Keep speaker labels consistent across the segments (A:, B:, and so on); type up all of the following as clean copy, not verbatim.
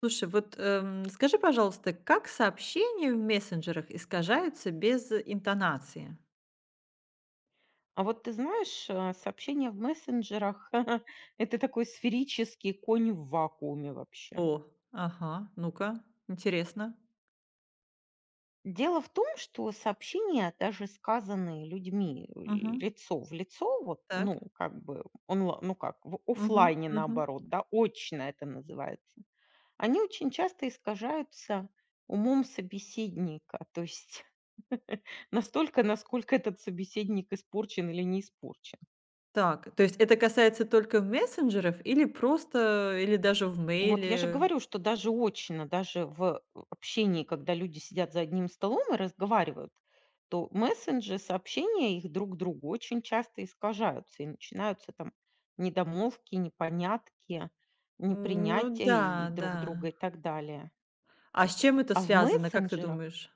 A: Слушай, вот, скажи, пожалуйста, как сообщения в мессенджерах искажаются без интонации?
B: А вот ты знаешь, сообщения в мессенджерах это такой сферический конь в вакууме вообще.
A: О, ага, ну-ка, интересно.
B: Дело в том, что сообщения, даже сказанные людьми
A: Мгм.
B: лицо в лицо, вот, ну,
A: Так.
B: как бы, ну, как, в
A: Мгм.
B: оффлайне
A: Мгм.
B: наоборот, да, очно это называется, они очень часто искажаются умом собеседника, то есть настолько, насколько этот собеседник испорчен или не испорчен.
A: Так, то есть это касается только мессенджеров или просто, или даже в
B: Вот я же
A: мейле?
B: говорю, что даже очно, даже в общении, когда люди сидят за одним столом и разговаривают, то мессенджи, сообщения их друг другу очень часто искажаются, и начинаются там недомолвки, непонятки,
A: Ну
B: непринятия и
A: да,
B: друг друга
A: да.
B: и так далее.
A: А с чем это
B: А в
A: связано, как ты
B: мессенджерах
A: думаешь?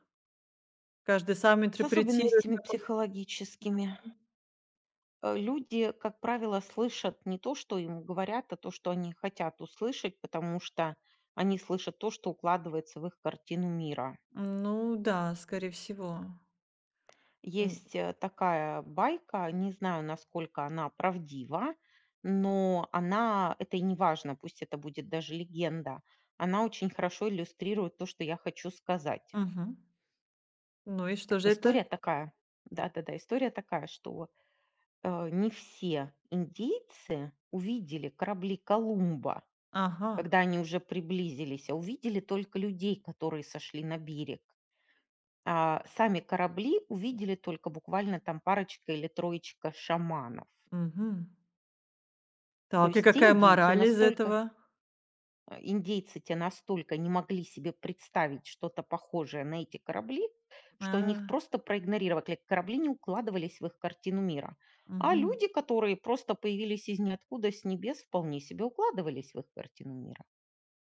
A: Каждый сам
B: с
A: интерпретирует.
B: особенностями психологическими люди, как правило, слышат не то, что им говорят, а то, что они хотят услышать, потому что они слышат то, что укладывается в их картину мира.
A: Ну да, скорее всего. М,
B: Есть такая байка, не знаю, насколько она правдива, но она, это и не важно, пусть это будет даже легенда, она очень хорошо иллюстрирует то, что я хочу сказать.
A: мгм. Ну и что же
B: История
A: это?
B: такая, да-да-да, история такая, что не все индейцы увидели корабли Колумба,
A: Ага.
B: когда они уже приблизились, а увидели только людей, которые сошли на берег. А сами корабли увидели только буквально там парочка или троечка шаманов.
A: Мгм.
B: То
A: Так, и
B: есть те
A: какая
B: индейцы
A: мораль из
B: настолько,
A: этого?
B: индейцы те настолько не могли себе представить что-то похожее на эти корабли, что они их
A: А,
B: просто проигнорировали. Корабли не укладывались в их картину мира. А
A: мгм.
B: люди, которые просто появились из ниоткуда с небес, вполне себе укладывались в их картину мира.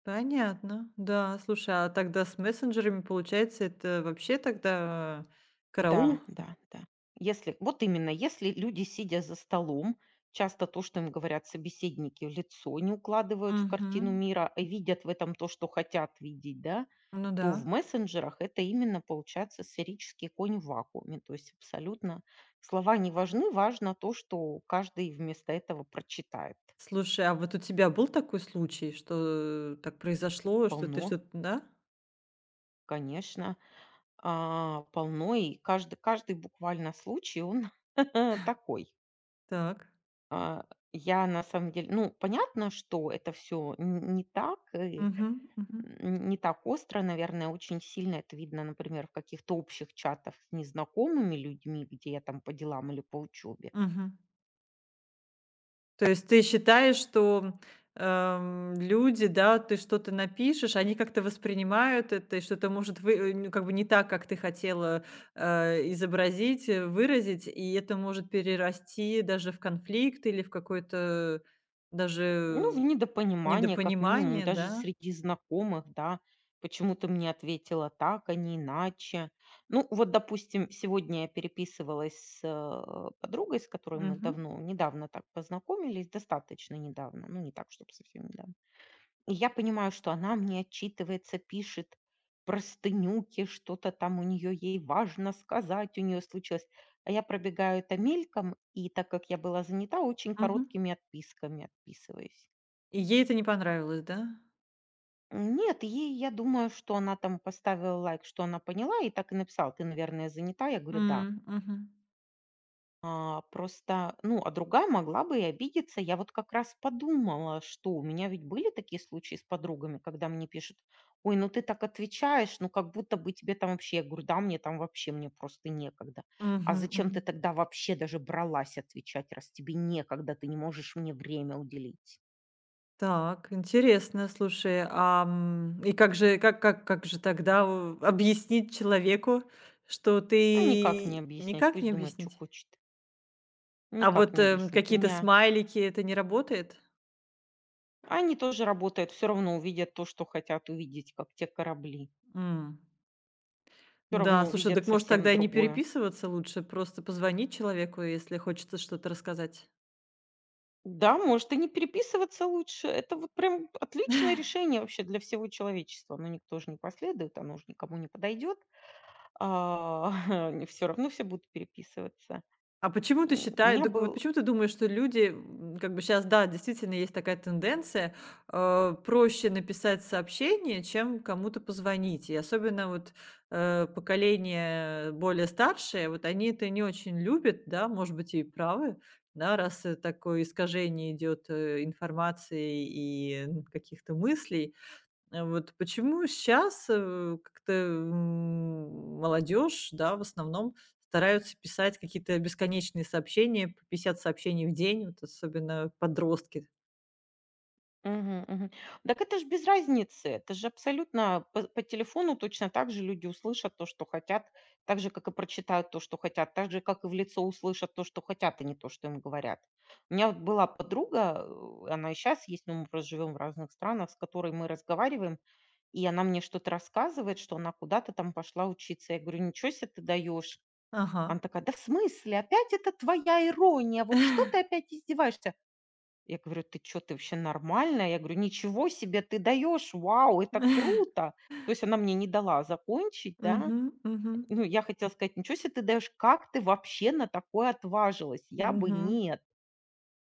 A: Понятно. Да, слушай, а тогда с мессенджерами, получается, это вообще тогда караул?
B: Да, да, да. Если, вот именно, если люди, сидя за столом, часто то, что им говорят собеседники в лицо, не укладывают в
A: Мгм.
B: картину мира, а видят в этом то, что хотят видеть, да,
A: Ну
B: то в
A: да.
B: мессенджерах это именно получается сферический конь в вакууме. То есть абсолютно слова не важны, важно то, что каждый вместо этого прочитает.
A: Слушай, а вот у тебя был такой случай, что так произошло, что ты
B: Полно,
A: что-то, да?
B: конечно, а, полно, и каждый, каждый буквально случай, он такой.
A: Так.
B: А, я на самом деле ну, понятно, что это все не так, и
A: Угу, угу,
B: н не так остро, наверное, очень сильно это видно, например, в каких-то общих чатах с незнакомыми людьми, где я там по делам или по учебе.
A: мгм. То есть ты считаешь, что, люди, да, ты что-то напишешь, они как-то воспринимают это, и что это может вы ну, как бы не так, как ты хотела, изобразить, выразить, и это может перерасти даже в конфликт или в какое-то
B: Ну, в
A: даже
B: недопонимание, как минимум,
A: недопонимание,
B: даже
A: да?
B: среди знакомых, да. Почему ты мне ответила так, а не иначе? Ну, вот, допустим, сегодня я переписывалась с, подругой, с которой мы
A: Мгм,
B: давно недавно так познакомились, достаточно недавно, ну, не так, чтобы совсем недавно. И я понимаю, что она мне отчитывается, пишет простынюки, что-то там у нее ей важно сказать, у нее случилось. А я пробегаю это мельком, и так как я была занята, очень
A: мгм.
B: короткими отписками отписываюсь.
A: И ей это не понравилось, да?
B: Нет, ей, я думаю, что она там поставила лайк, что она поняла, и так и написала, ты, наверное, занята. Я говорю, да.
A: Мгм.
B: А, просто, ну, а другая могла бы и обидеться. Я вот как раз подумала, что у меня ведь были такие случаи с подругами, когда мне пишут, ой, ну ты так отвечаешь, ну как будто бы тебе там вообще, я говорю, да, мне там вообще, мне просто некогда. А
A: Мгм,
B: зачем
A: мгм.
B: ты тогда вообще даже бралась отвечать, раз тебе некогда, ты не можешь мне время уделить?
A: Так, интересно, слушай, и как же тогда у объяснить человеку, что
B: А никак не
A: ты
B: объяснять,
A: никак
B: пусть
A: не
B: думает, что
A: объяснить?
B: хочет.
A: А
B: Никак
A: вот,
B: не объяснить. У
A: какие-то
B: меня
A: смайлики — это не работает?
B: они тоже работают, все равно увидят то, что хотят увидеть, как те корабли.
A: М.
B: Все
A: Да,
B: равно
A: слушай,
B: увидят
A: так может
B: совсем
A: тогда и не
B: другое.
A: переписываться лучше, просто позвонить человеку, если хочется что-то рассказать?
B: Да, может, и не переписываться лучше. Это вот прям отличное решение вообще для всего человечества. Но никто же не последует, оно же никому не подойдет. Все равно все будут переписываться.
A: А почему ты
B: У
A: считаешь,
B: меня
A: дак вот
B: был.
A: почему ты думаешь, что люди, как бы сейчас, да, действительно есть такая тенденция, проще написать сообщение, чем кому-то позвонить. И особенно вот, поколение более старшее, вот они это не очень любят, да, может быть, и правы, да, раз, такое искажение идет, информации и, н каких-то мыслей. Вот почему сейчас как-то, молодежь, да, в основном стараются писать какие-то бесконечные сообщения, по 50 сообщений в день, вот особенно подростки.
B: Мгм, мгм. Так это ж без разницы. Это же абсолютно по телефону точно так же люди услышат то, что хотят, так же, как и прочитают то, что хотят, так же, как и в лицо услышат то, что хотят, а не то, что им говорят. У меня вот была подруга, она и сейчас есть, но мы просто живем в разных странах, с которой мы разговариваем, и она мне что-то рассказывает, что она куда-то там пошла учиться. Я говорю, ничего себе ты даешь. Она
A: Ага.
B: такая, да в смысле, опять это твоя ирония, вот что ты опять издеваешься? Я говорю: "Ты что, ты вообще нормальная?" Я говорю: "Ничего себе ты даешь! Вау, это круто!" То есть она мне не дала закончить, да.
A: Мгм, мгм,
B: Ну, я хотела сказать: "Ничего себе ты даешь! Как ты вообще на такое отважилась? Я бы
A: мгм.
B: нет".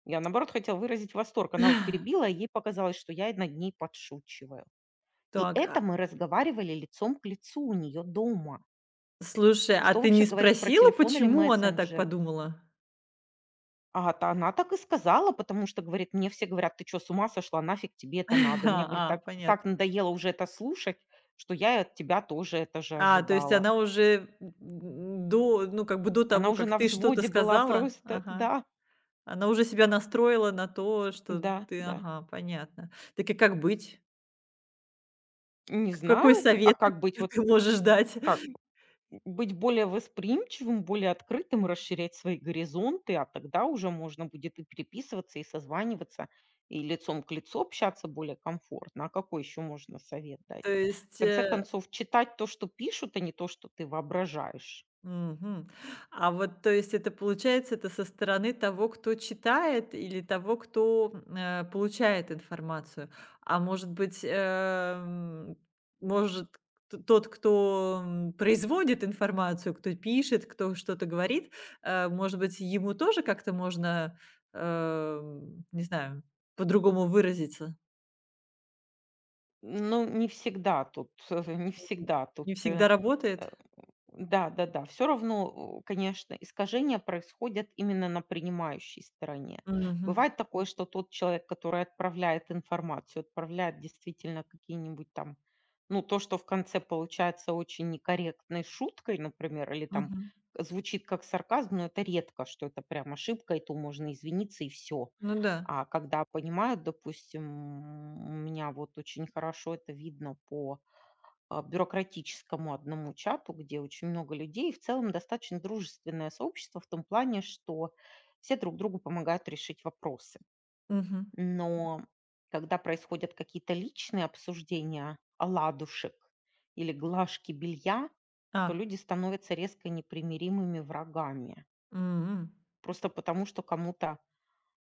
B: Я, наоборот, хотела выразить восторг. Она вот перебила, и ей показалось, что я над ней подшучиваю. И
A: Так,
B: это
A: а,
B: мы разговаривали лицом к лицу у нее дома.
A: слушай, а
B: Что
A: ты
B: вообще
A: не
B: говорить про
A: спросила,
B: телефон или
A: почему она так
B: мессенджер?
A: подумала?
B: А, та она так и сказала, потому что, говорит, мне все говорят: "Ты что с ума сошла? Нафиг тебе это надо?" И мне, говорит,
A: А,
B: так
A: понятно.
B: надоело уже это слушать, что я и от тебя тоже это же
A: А, то есть
B: ожидала.
A: она уже до ну, как бы до
B: Она
A: того,
B: уже
A: как
B: на
A: ты что-то
B: взводе была
A: сказала?
B: просто.
A: Ага.
B: Да,
A: Она уже себя настроила на то, что
B: да,
A: ты
B: да.
A: ага, понятно. Так и как быть?
B: Не
A: Какой
B: знаю, а
A: совет
B: как быть? Вот
A: ты можешь дать?
B: как? Быть более восприимчивым, более открытым, расширять свои горизонты, а тогда уже можно будет и переписываться, и созваниваться, и лицом к лицу общаться более комфортно. А какой еще можно совет дать?
A: То
B: В
A: есть,
B: конце
A: э.
B: концов, читать то, что пишут, а не то, что ты воображаешь.
A: Мгм. А вот, то есть, это получается, это со стороны того, кто читает или того, кто, получает информацию. А может быть, может, т тот, кто, производит информацию, кто пишет, кто что-то говорит, может быть, ему тоже как-то можно, не знаю, по-другому выразиться?
B: Ну, не всегда тут, не всегда тут
A: Не всегда
B: э,
A: работает?
B: да-да-да, все равно, конечно, искажения происходят именно на принимающей стороне.
A: Мгм,
B: Бывает такое, что тот человек, который отправляет информацию, отправляет действительно какие-нибудь там, ну, то, что в конце получается очень некорректной шуткой, например, или там
A: мгм.
B: звучит как сарказм, но это редко, что это прям ошибка, и то можно извиниться, и все.
A: Ну да.
B: А когда понимают, допустим, у меня вот очень хорошо это видно по бюрократическому одному чату, где очень много людей. И в целом достаточно дружественное сообщество в том плане, что все друг другу помогают решить вопросы.
A: Мгм.
B: Но когда происходят какие-то личные обсуждения оладушек или глажки белья,
A: А.
B: то люди становятся резко непримиримыми врагами.
A: М.
B: Просто потому, что кому-то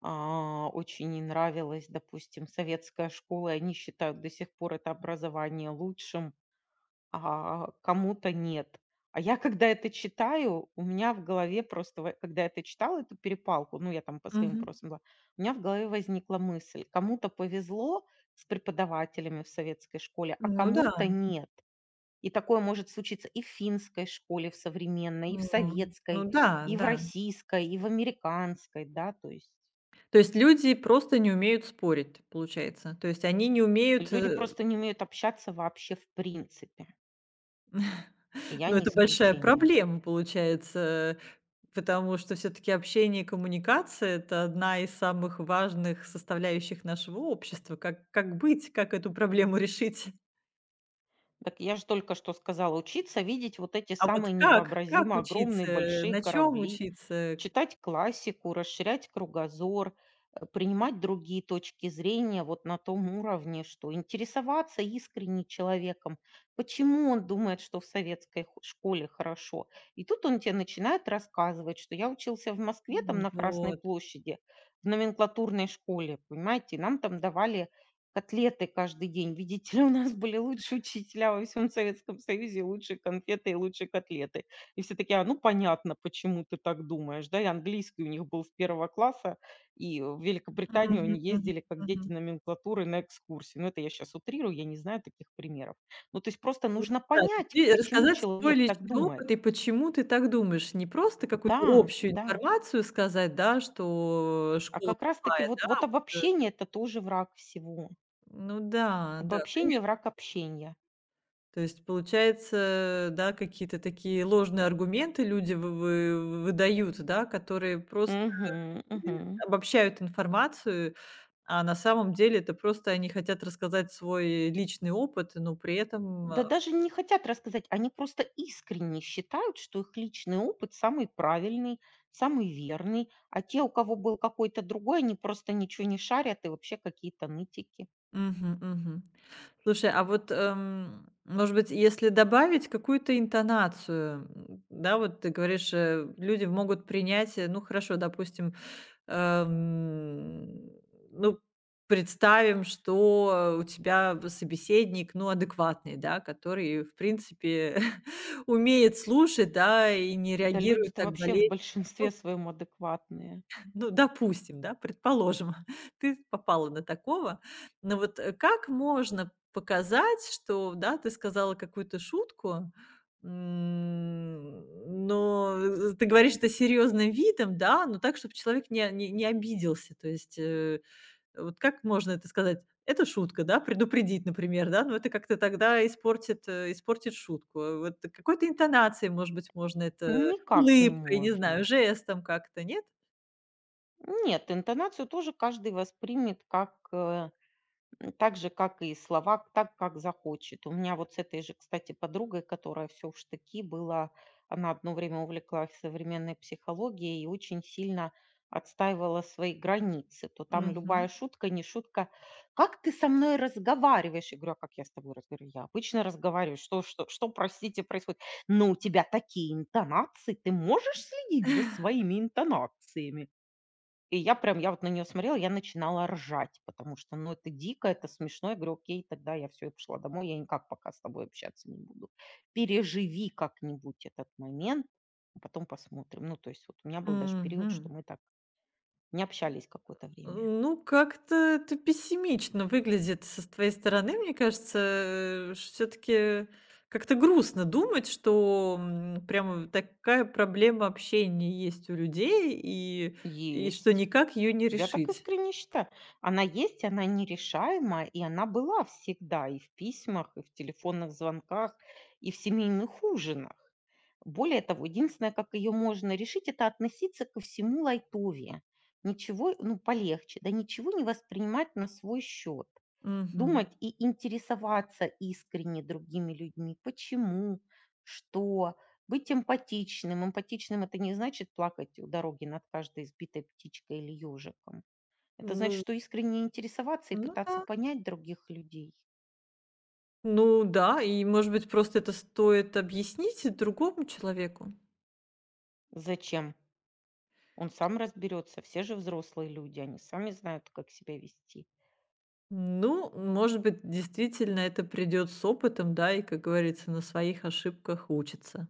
B: очень не нравилась, допустим, советская школа, и они считают до сих пор это образование лучшим, а кому-то нет. А я, когда это читаю, у меня в голове просто, когда я это читала, эту перепалку, ну, я там по своим
A: Мгм.
B: вопросам была, у меня в голове возникла мысль, кому-то повезло с преподавателями в советской школе, а
A: Ну да,
B: кому-то нет. И такое может случиться и в финской школе, в современной, и в
A: ну ну
B: советской,
A: да,
B: и в
A: да.
B: российской, и в американской, да, то есть
A: То есть люди просто не умеют спорить, получается. То есть они не умеют,
B: люди
A: э.
B: просто не умеют общаться вообще в принципе. И я
A: Ну,
B: не
A: это большая
B: исключение.
A: проблема получается, потому что все таки общение и коммуникация — это одна из самых важных составляющих нашего общества. Как быть, как эту проблему решить?
B: Так я же только что сказала, учиться видеть вот эти
A: А вот
B: самые
A: как? Как
B: невообразимо огромные
A: учиться,
B: большие
A: на чем
B: корабли,
A: учиться?
B: читать классику, расширять кругозор, принимать другие точки зрения вот на том уровне, что интересоваться искренне человеком, почему он думает, что в советской школе хорошо. И тут он тебе начинает рассказывать, что я учился в Москве там на Красной
A: Вот.
B: площади, в номенклатурной школе, понимаете, и нам там давали котлеты каждый день. Видите ли, у нас были лучшие учителя во всем Советском Союзе, и лучшие конфеты и лучшие котлеты. И все такие: "А, ну понятно, почему ты так думаешь". Да, и английский у них был с первого класса, и в
A: Мгм,
B: Великобританию они
A: мгм,
B: ездили как дети
A: мгм.
B: номенклатуры на экскурсии. Ну, это я сейчас утрирую, я не знаю таких примеров. Ну, то есть просто нужно
A: Да, то есть
B: понять,
A: ты
B: почему
A: рассказать свой
B: человек так
A: личный
B: думает.
A: опыт и почему ты так думаешь. Не просто какую-то
B: Да,
A: общую
B: да.
A: информацию сказать, да, что
B: А
A: школа
B: как раз таки
A: плохая,
B: вот
A: да.
B: обобщение - это тоже враг всего.
A: Ну да, да.
B: Обобщение - враг общения.
A: То есть, получается, да, какие-то такие ложные аргументы люди вы выдают, да, которые просто
B: Мгм, мгм.
A: обобщают информацию, а на самом деле это просто они хотят рассказать свой личный опыт, но при этом,
B: Да
A: а.
B: даже не хотят рассказать, они просто искренне считают, что их личный опыт самый правильный, самый верный, а те, у кого был какой-то другой, они просто ничего не шарят и вообще какие-то нытики.
A: Мгм, мгм. Слушай, а вот, может быть, если добавить какую-то интонацию, да, вот ты говоришь, люди могут принять, э, ну хорошо, допустим, эм, ну представим, что у тебя собеседник, ну адекватный, да, который в принципе умеет слушать, да, и не
B: Да
A: реагирует
B: люди-то
A: так
B: вообще в
A: болезненно.
B: большинстве своем адекватные.
A: Ну, допустим, да, предположим, ты попала на такого. Но вот, как можно показать, что, да, ты сказала какую-то шутку, м, но, ты говоришь это серьезным видом, да, но так, чтобы человек не обиделся. То есть, вот как можно это сказать? Это шутка, да, предупредить, например, да, но это как-то тогда испортит, испортит шутку. Вот какой-то интонацией, может быть, можно это
B: Никак не
A: улыбкой, не знаю,
B: можно.
A: жестом как-то, нет?
B: Нет, интонацию тоже каждый воспримет как так же, как и слова, так, как захочет. У меня вот с этой же, кстати, подругой, которая все в штыки была, она одно время увлеклась современной психологией и очень сильно отстаивала свои границы, то там
A: Мгм.
B: любая шутка, не шутка. Как ты со мной разговариваешь? Я говорю, а как я с тобой разговариваю? Я обычно разговариваю. Что, что, что, простите, происходит? Но у тебя такие интонации. Ты можешь следить за своими интонациями? И я прям, я вот на нее смотрела, я начинала ржать, потому что, ну, это дико, это смешно. Я говорю, окей, тогда я все, я пошла домой, я никак пока с тобой общаться не буду. Переживи как-нибудь этот момент, а потом посмотрим. Ну, то есть вот у меня был даже период, что
A: Мгм.
B: мы так не общались какое-то время.
A: Ну, как-то это пессимично выглядит со с твоей стороны. Мне кажется, все таки как-то грустно думать, что, прямо такая проблема общения есть у людей, и что
B: Есть.
A: никак ее не
B: Я так
A: решить.
B: искренне считаю. Она есть, она нерешаема, и она была всегда и в письмах, и в телефонных звонках, и в семейных ужинах. Более того, единственное, как ее можно решить, это относиться ко всему лайтове. Ничего, ну, полегче, да ничего не воспринимать на свой счет.
A: Мгм.
B: Думать и интересоваться искренне другими людьми. Почему? Что? Быть эмпатичным. Эмпатичным это не значит плакать у дороги над каждой избитой птичкой или ежиком, это значит,
A: Ну
B: что искренне интересоваться и
A: ну да.
B: пытаться понять других людей.
A: Ну да, и, может быть, просто это стоит объяснить другому человеку.
B: Зачем? Он сам разберется. Все же взрослые люди, они сами знают, как себя вести.
A: Ну, может быть, действительно это придет с опытом, да, и, как говорится, на своих ошибках учится.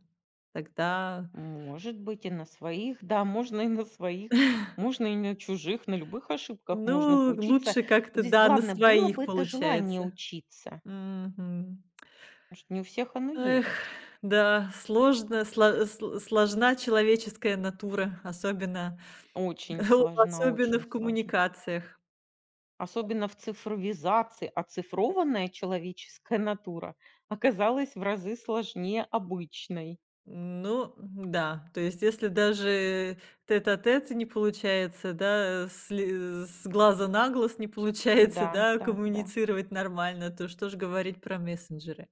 A: Тогда,
B: Может быть, и на своих, да, можно и на своих, можно и на чужих, на любых ошибках можно
A: ну,
B: поучиться.
A: лучше
B: Вот
A: как-то,
B: здесь
A: да, на
B: главное, было
A: своих
B: бы это желание
A: получается.
B: учиться,
A: Мгм.
B: потому что не у всех оно
A: Эх,
B: есть.
A: да, сложно, сложна человеческая натура, особенно
B: Очень сложно,
A: особенно
B: очень
A: в
B: сложно.
A: коммуникациях.
B: Особенно в цифровизации оцифрованная человеческая натура оказалась в разы сложнее обычной.
A: Ну да, то есть если даже тет-а-тет не получается, да, с глаза на глаз не
B: Да,
A: получается, да,
B: да, да.
A: коммуницировать нормально, то что ж говорить про мессенджеры.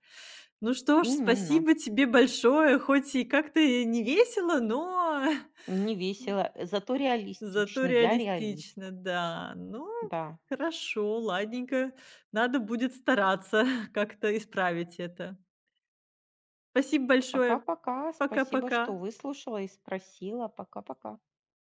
A: Ну что ж,
B: Именно.
A: спасибо тебе большое, хоть и как-то и не весело, но
B: Не весело, зато
A: зато
B: реалистичный. Я реалист.
A: реалистично, да. Ну,
B: Да.
A: хорошо, ладненько, надо будет стараться как-то исправить это. Спасибо большое.
B: Пока-пока. Спасибо, что
A: Пока-пока.
B: выслушала и спросила. Пока-пока.